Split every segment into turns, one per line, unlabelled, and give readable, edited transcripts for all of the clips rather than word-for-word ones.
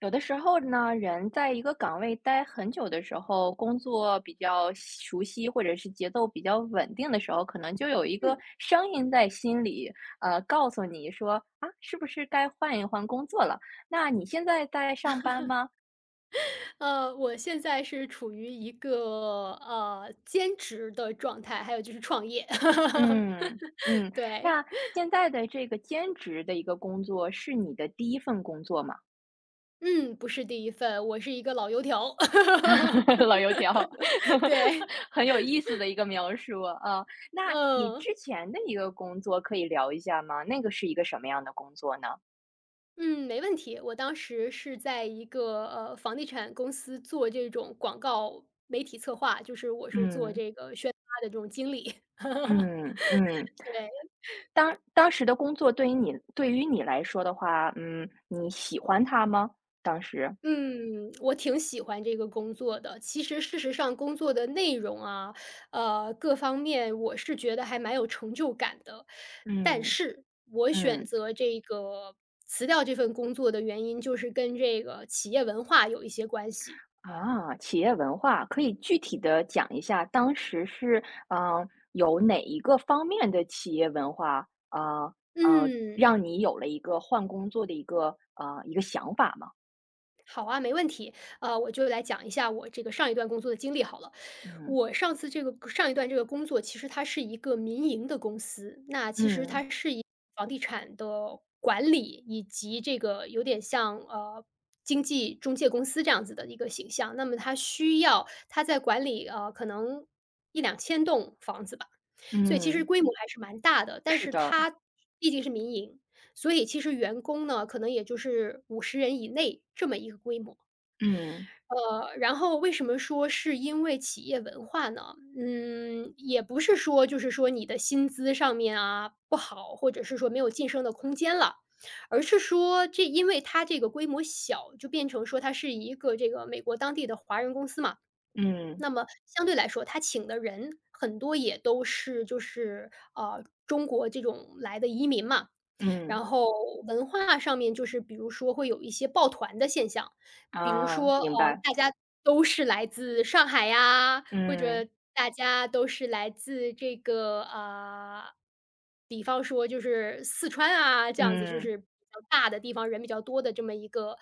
有的时候呢，人在一个岗位待很久的时候，工作比较熟悉，或者是节奏比较稳定的时候，可能就有一个
嗯，
声音在心里，告诉你说啊，是不是该换一换工作了？那你现在在上班吗？
我现在是处于一个兼职的状态，还有就是创业。
嗯 嗯。
对，
那现在的这个兼职的一个工作是你的第一份工作吗？
嗯，不是第一份，我是一个老油条。
老油 条。
对，
很有意思的一个描述啊。那你
嗯
之前的一个工作可以聊一下吗？那个是一个什么样的工作呢？
嗯，没问题。我当时是在一个房地产公司做这种广告媒体策划，就是我是做
嗯
这个宣发的这种经理。
嗯嗯。
对。
当时的工作对于你来说的话，你喜欢它吗？当时，
嗯，我挺喜欢这个工作的。其实事实上工作的内容啊，各方面我是觉得还蛮有成就感的。但
嗯
是我选
嗯。
择这个辞掉这份工作的原因，就是跟这个企业文化有一些关系。
啊，企业文化，可以具体的讲一下，当时是，嗯，呃有哪一个方面的企业文化，
嗯。
让你有了一个换工作的一个，一个想法吗？
好啊，没问题。我就来讲一下我这个上一段工作的经历好了。
嗯，
我上次这个上一段这个工作，其实它是一个民营的公司，那其实
嗯，
它是以房地产的管理，以及这个有点像经纪中介公司这样子的一个形象。那么它需要它在管理可能一两千栋房子吧。所以其实
嗯，
规模还是蛮大的，但
是
是
的，
它毕竟是民营，所以其实员工呢，可能也就是50人以内这么一个规模。
嗯，
然后为什么说是因为企业文化呢？嗯，也不是说就是说你的薪资上面啊不好，或者是说没有晋升的空间了，而是说这因为它这个规模小，就变成说它是一个这个美国当地的华人公司嘛。
嗯，
那么相对来说，他请的人很多也都是就是中国这种来的移民嘛，
嗯，
然后文化上面就是比如说会有一些抱团的现象，比如
啊，
说，
明白，
大家都是来自上海呀，或者
嗯，
大家都是来自这个，啊，比方说就是四川啊，这样子就
嗯，
是比较大的地方，人比较多的这么一个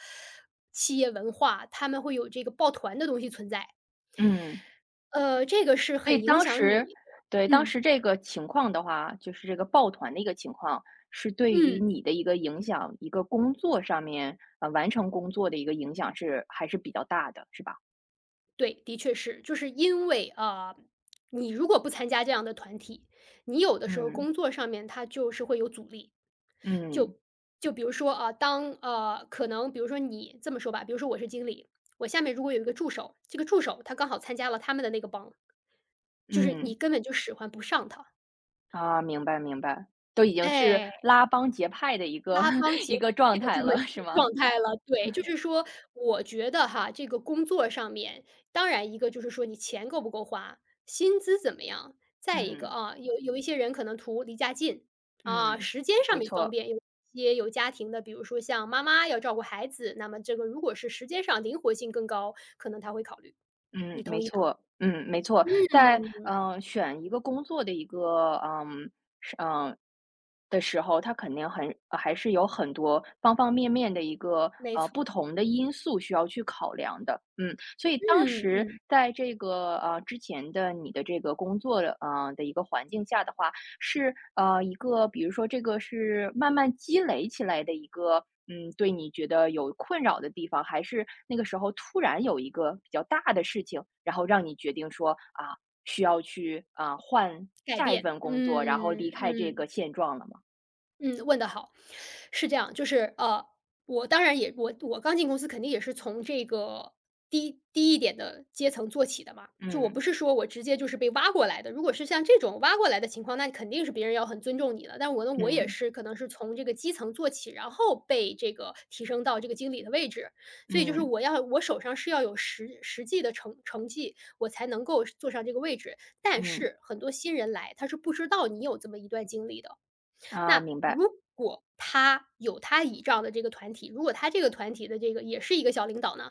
企业文化，他们会有这个抱团的东西存在。
嗯。
呃，这个是
所以
很影
当
响你
时，
的
对，当
嗯，
时这个情况的话，就是这个抱团的一个情况，是对于
嗯。
你的一个影响，一个工作上面，完成工作的一个影响还是比较大的，是吧？
对，的确是，就是因为啊、你如果不参加这样的团体，你有的时候
嗯，
工作上面它就是会有阻力。
嗯，
就就比如说啊、可能比如说你这么说吧，比如说我是经理，我下面如果有一个助手，这个助手他刚好参加了他们的那个帮，就是你
嗯，
根本就使唤不上他，
啊，明白明白。都已经是
哎，
拉帮结派的一个
拉帮 结
一个
派
状
的
态
这么一
了，是
种
吗？
状态了。对，就是说我觉得哈，这个工作上面，当然一个就是说你钱够不够花，薪资怎么样，再一个
嗯，
啊，有一些人可能图离家近，啊，
嗯，
时间上
没
面方
错。
便，有一些有家庭的，比如说像妈妈要照顾孩子，那么这个如果是时间上灵活性更高，可能他会考虑，
嗯，
你
没
同意吧？
错，嗯，没错。在选一个工作的一个是嗯的时候，它肯定很还是有很多方方面面的一个
没错，
不同的因素需要去考量的。嗯，所以当
嗯
时
嗯，
在这个之前的你的这个工作的的一个环境下的话，是一个，比如说这个是慢慢积累起来的一个，对，你觉得有困扰的地方，还是那个时候突然有一个比较大的事情，然后让你决定说啊，需要去换
改
下一
变，
份工
嗯
作，然后离开这
嗯。
个现状了吗？
嗯，问得好。是这样，就是我当然也我我刚进公司肯定也是从这个低一点的阶层做起的嘛。就我不
嗯。
是说我直接就是被挖过来的，如果是像这种挖过来的情况，那肯定是别人要很尊重你的。但我呢，我也
嗯。
是可能是从这个基层做起，然后被这个提升到这个经理的位置。所以就是
嗯。
我手上是要有实际的成绩，我才能够坐上这个位置。但
嗯。
是很多新人来，他是不知道你有这么一段经历的。
啊，
那
明白。
如果他有他倚仗的这个团体，如果他这个团体的这个也是一个小领导呢，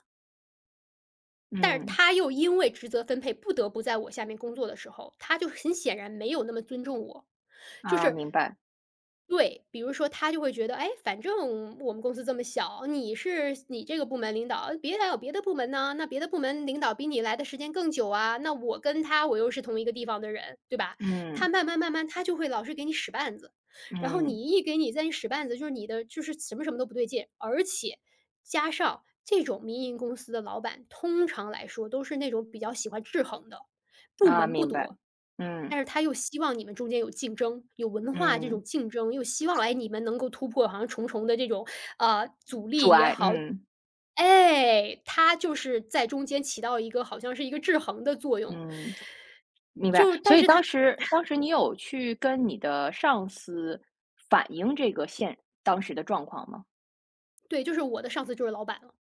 但是
嗯。
他又因为职责分配不得不在我下面工作的时候，他就很显然没有那么尊重我，就
啊，
是
明白。
对，比如说他就会觉得，哎，反正我们公司这么小，你是你这个部门领导，别还有别的部门呢，那别的部门领导比你来的时间更久啊，那我跟他我又是同一个地方的人，对吧？他
嗯。
慢慢慢慢他就会老是给你使绊子。然后
嗯。
你一给你在你使绊子，就是你的就是什么什么都不对劲，而且加上这种民营公司的老板，通常来说都是那种比较喜欢制衡的，部
啊，
门不
明白。
多，
嗯。
但是他又希望你们中间有竞争，有文化这种
嗯。
竞争，又希望哎你们能够突破好像重重的这种阻
阻
力也
碍。
好，
嗯。
哎，他就是在中间起到一个好像是一个制衡的作用，
嗯。明白。
就是
所
但
以
是
当
他
时，你有去跟你的上司反映这个当时的状况吗？
对，就是我的上司就是老板了。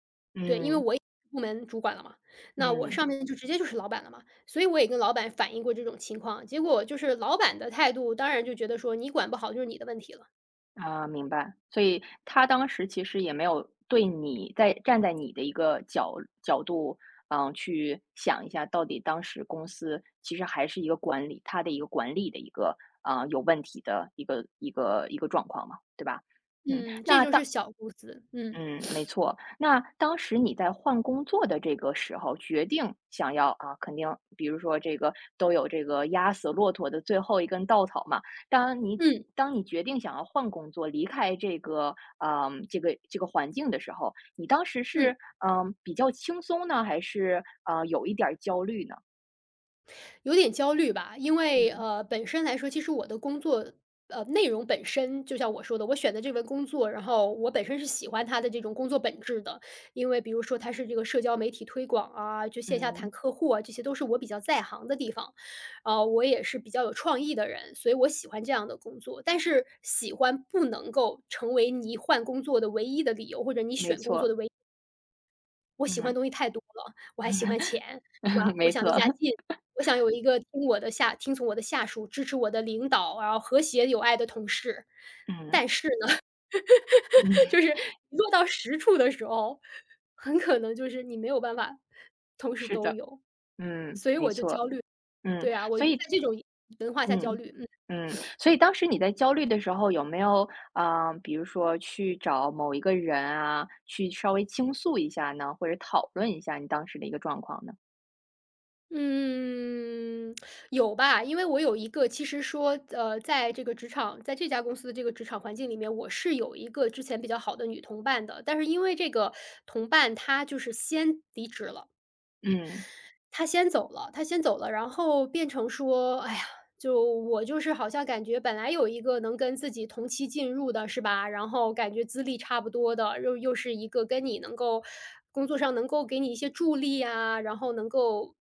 对，因为
嗯，
我也是部门主管了嘛，那我
嗯，
上面就直接就是老板了嘛，所以我也跟老板反映过这种情况，结果就是老板的态度，当然就觉得说你管不好就是你的问题了。
啊，明白。所以他当时其实也没有对你站在你的一个角度，去想一下到底当时公司其实还是一个管理，他的一个管理的一个，有问题的一个状况嘛，对吧？嗯。
嗯，这就是小公司，嗯，
嗯，没错。那当时你在换工作的这个时候，决定想要啊，肯定，比如说这个都有这个压死骆驼的最后一根稻草嘛。当你
嗯，
当你决定想要换工作，离开这个环境的时候，你当时是
嗯。
比较轻松呢，还是有一点儿焦虑呢？
有点焦虑吧，因为
嗯
本身来说，其实我的工作内容本身，就像我说的，我选的这份工作，然后我本身是喜欢它的这种工作本质的，因为比如说它是这个社交媒体推广啊，就线下谈
嗯，
客户啊，这些都是我比较在行的地方，我也是比较有创意的人，所以我喜欢这样的工作。但是喜欢不能够成为你换工作的唯一的理由，或者你
没
选工作的
错，
唯一。我喜欢的
嗯，
东西太多了，我还喜欢钱，是 吧？我
没
想
错，
离家近，我想有一个听从我的下属，支持我的领导，然后和谐有爱的同事。
嗯
但是呢，
嗯，
就是落到实处的时候，很可能就是你没有办法同时
是
都
的，
有，
嗯，
所以
没
我就焦
错，
虑。
嗯，
对啊，我在
所以
这种文化下焦
嗯，
虑。嗯。
所以当时你在焦虑的时候，有没有比如说去找某一个人啊，去稍微倾诉一下呢，或者讨论一下你当时的一个状况呢？
嗯，有吧，因为我有一个其实说，在这个职场在这家公司的这个职场环境里面，我是有一个之前比较好的女同伴的，但是因为这个同伴她就是先离职了。
嗯，
他先走了，然后变成说，哎呀，就我就是好像感觉本来有一个能跟自己同期进入的是吧，然后感觉资历差不多的，又是一个跟你能够工作上能够给你一些助力啊，然后能够，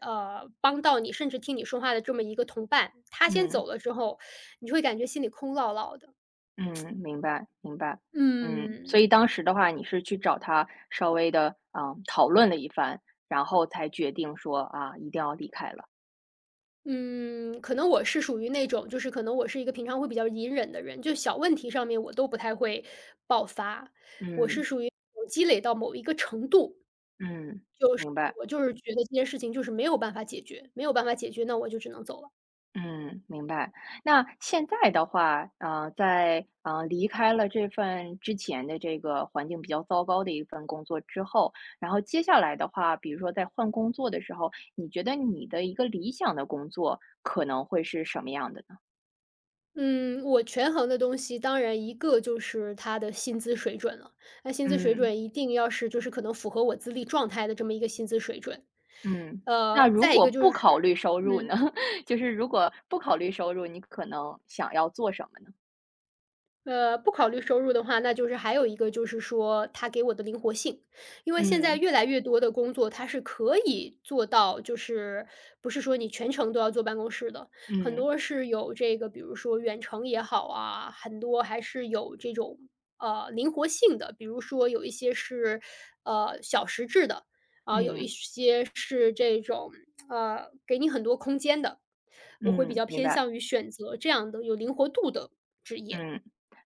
帮到你，甚至听你说话的这么一个同伴，他先走
嗯，
了之后，你就会感觉心里空落落的。
嗯，明白，明白。嗯，
嗯。
所以当时的话，你是去找他稍微的，讨论了一番，然后才决定说啊，一定要离开了。
嗯，可能我是属于那种，就是可能我是一个平常会比较隐忍的人，就小问题上面我都不太会爆发。我是
嗯，
属于我积累到某一个程度，
嗯，明白。
我就是觉得这件事情就是没有办法解决，没有办法解决，那我就只能走了。
嗯，明白。那现在的话，在离开了这份之前的这个环境比较糟糕的一份工作之后，然后接下来的话，比如说在换工作的时候，你觉得你的一个理想的工作可能会是什么样的呢？
嗯，我权衡的东西，当然一个就是他的薪资水准了，那薪资水
嗯
准一定要是就是可能符合我资历状态的这么一个薪资水准。
嗯。那如
再一
果
个就
不
是，
考虑收入呢？
嗯。
就是如果不考虑收入，你可能想要做什么呢？
不考虑收入的话，那就是还有一个就是说，它给我的灵活性。因为现在
嗯。
越来越多的工作，它是可以做到，就是不是说你全程都要坐办公室的，很
嗯。
多是有这个，比如说远程也好啊，很多还是有这种灵活性的，比如说有一些是小时制的，啊、有一
嗯。
些是这种给你很多空间的。我会比
嗯，
较
明
偏
白。
向于选择这样的有灵活度的职业
嗯，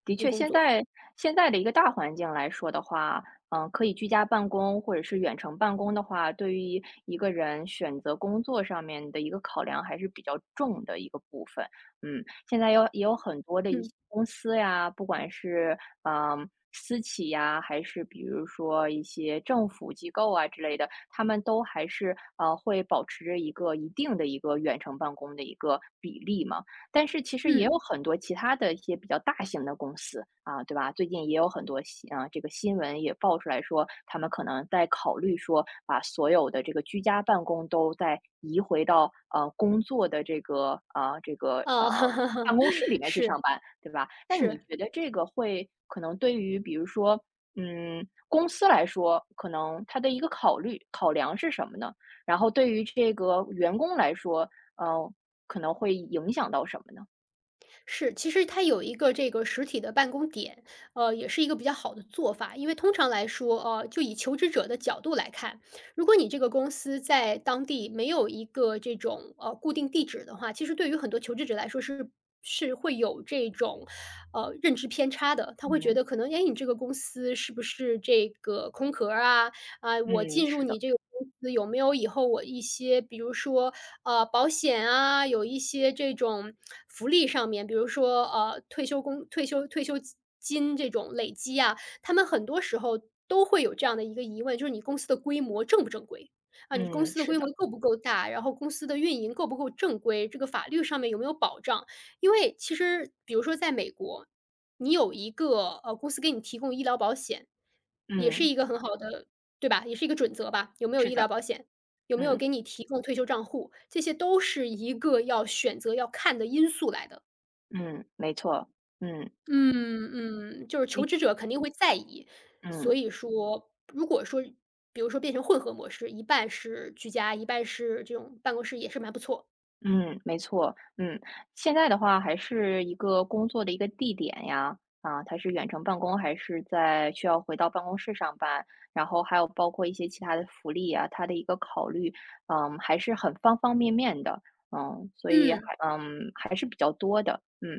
的
跟
确，
工
现
作。
在现在的一个大环境来说的话，嗯，可以居家办公或者是远程办公的话，对于一个人选择工作上面的一个考量还是比较重的一个部分。嗯。现在也有很多的一
嗯，
些公司呀，不管是私企呀，还是比如说一些政府机构啊之类的，他们都还是会保持着一个一定的一个远程办公的一个比例嘛。但是其实也
嗯。
有很多其他的一些比较大型的公司啊，对吧？最近也有很多新啊，这个新闻也爆出来说，他们可能在考虑说，把所有的这个居家办公都在移回到工作的
哦，
办公室里面去
是
上班，对吧？那你
是
觉得这个会可能对于比如说公司来说，可能它的一个考虑考量是什么呢？然后对于这个员工来说，呃，可能会影响到什么呢？
是，其实它有一个这个实体的办公点，呃，也是一个比较好的做法。因为通常来说，呃，就以求职者的角度来看，如果你这个公司在当地没有一个这种，呃，固定地址的话，其实对于很多求职者来说是会有这种，呃，认知偏差的。他会觉
嗯，
得可能，哎，你这个公司是不是这个空壳儿啊？啊，我
嗯，
进入
是
你
的，
这个公司有没有以后我一些，比如说，呃，保险啊，有一些这种福利上面，比如说，呃，退休工退休退休金这种累积啊，他们很多时候都会有这样的一个疑问，就是你公司的规模正不正规？啊，你公
嗯，
司的
是
规模
的，
够不够大？然后公司的运营够不够正规？这个法律上面有没有保障？因为其实比如说在美国，你有一个，呃，公司给你提供医疗保险，也是
嗯，
一个很好的，对吧？也是一个准则吧，有没有
是
医疗
的，
保险，有没有
嗯，
给你提供退休账户，这些都是一个要选择要看的因素来的。
嗯，没错，嗯
嗯。嗯，就是求
的，
职者肯定会在意，
嗯。
所以说如果说比如说变成混合模式，一半是居家，一半是这种办公室也是蛮不错。
嗯，没错，嗯。现在的话还是一个工作的一个地点呀，啊，它是远程办公还是在需要回到办公室上班，然后还有包括一些其他的福利啊，它的一个考虑，嗯，还是很方方面面的，嗯，所以还
嗯，
嗯还是比较多的。嗯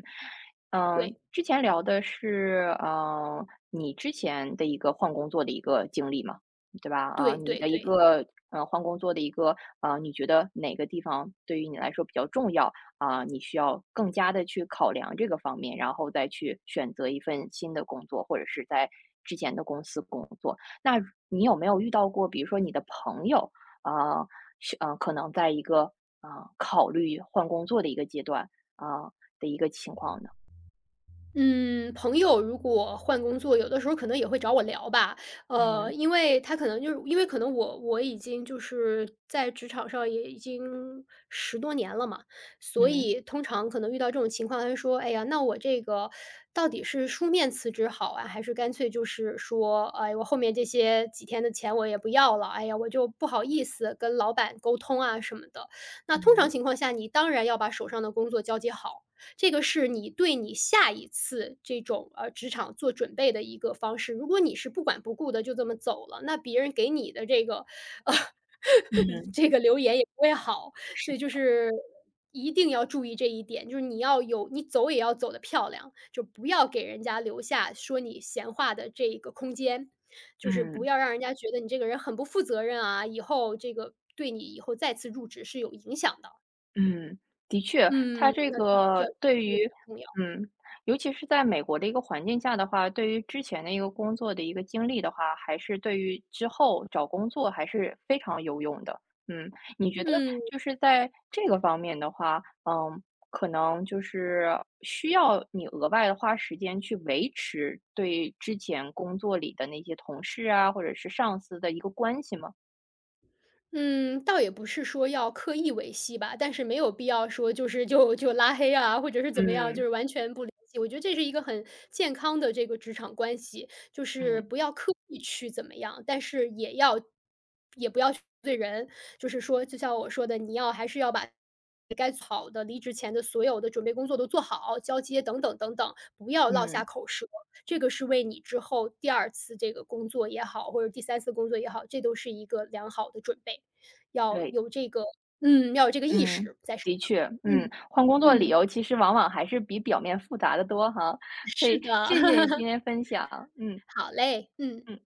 嗯。
对，
之前聊的是，嗯，你之前的一个换工作的一个经历嘛。对吧？啊，
对
你
对
的一
对。
个换工作的一个啊，你觉得哪个地方对于你来说比较重要啊？你需要更加的去考量这个方面，然后再去选择一份新的工作，或者是在之前的公司工作。那你有没有遇到过，比如说你的朋友啊，是可能在一个考虑换工作的一个阶段啊的一个情况呢？
嗯，朋友如果换工作，有的时候可能也会找我聊吧。呃，
嗯，
因为他可能就是因为可能我已经就是在职场上也已经十多年了嘛，所
嗯，
以通常可能遇到这种情况，他就说：“哎呀，那我这个到底是书面辞职好啊，还是干脆就是说，哎，我后面这些几天的钱我也不要了，哎呀，我就不好意思跟老板沟通啊什么的。”那通常
嗯，
情况下，你当然要把手上的工作交接好。这个是你对你下一次这种，呃，职场做准备的一个方式。如果你是不管不顾的就这么走了，那别人给你的这个呃
嗯，
这个留言也不会好。所
是，
以就是一定要注意这一点，就是你要有你走也要走得漂亮，就不要给人家留下说你闲话的这个空间。就是不
嗯。
要让人家觉得你这个人很不负责任啊，以后这个对你以后再次入职是有影响的。
嗯，的确，它
嗯，
这
要
个
要
对
这个比
于，
较重要。
嗯，尤其是在美国的一个环境下的话，对于之前的一个工作的一个经历的话，还是对于之后找工作还是非常有用的。嗯，你觉得
嗯。
就是在这个方面的话，可能就是需要你额外的花时间去维持对之前工作里的那些同事啊，或者是上司的一个关系吗？
嗯，倒也不是说要刻意维系吧，但是没有必要说就是就拉黑啊，或者是怎么样，就
嗯，
是完全不联系。我觉得这是一个很健康的这个职场关系，就是
嗯，
不要刻意去怎么样，但是也要也不要去得罪人。就是说，就像我说的，你要还是要把该做好的离职前的所有的准备工作都做好，交接等等等等，不要落
嗯，
下口舌。这个是为你之后第二次这个工作也好，或者第三次工作也好，这都是一个良好的准备。要
对。
有这个，嗯，要有这个意
嗯，
识在身
的
上。
确，
嗯。
换工作理
嗯，
由其实往往还是比表面复杂的多哈，所
是
以
的，
谢谢你 今天分享。嗯
好嘞，嗯。
嗯。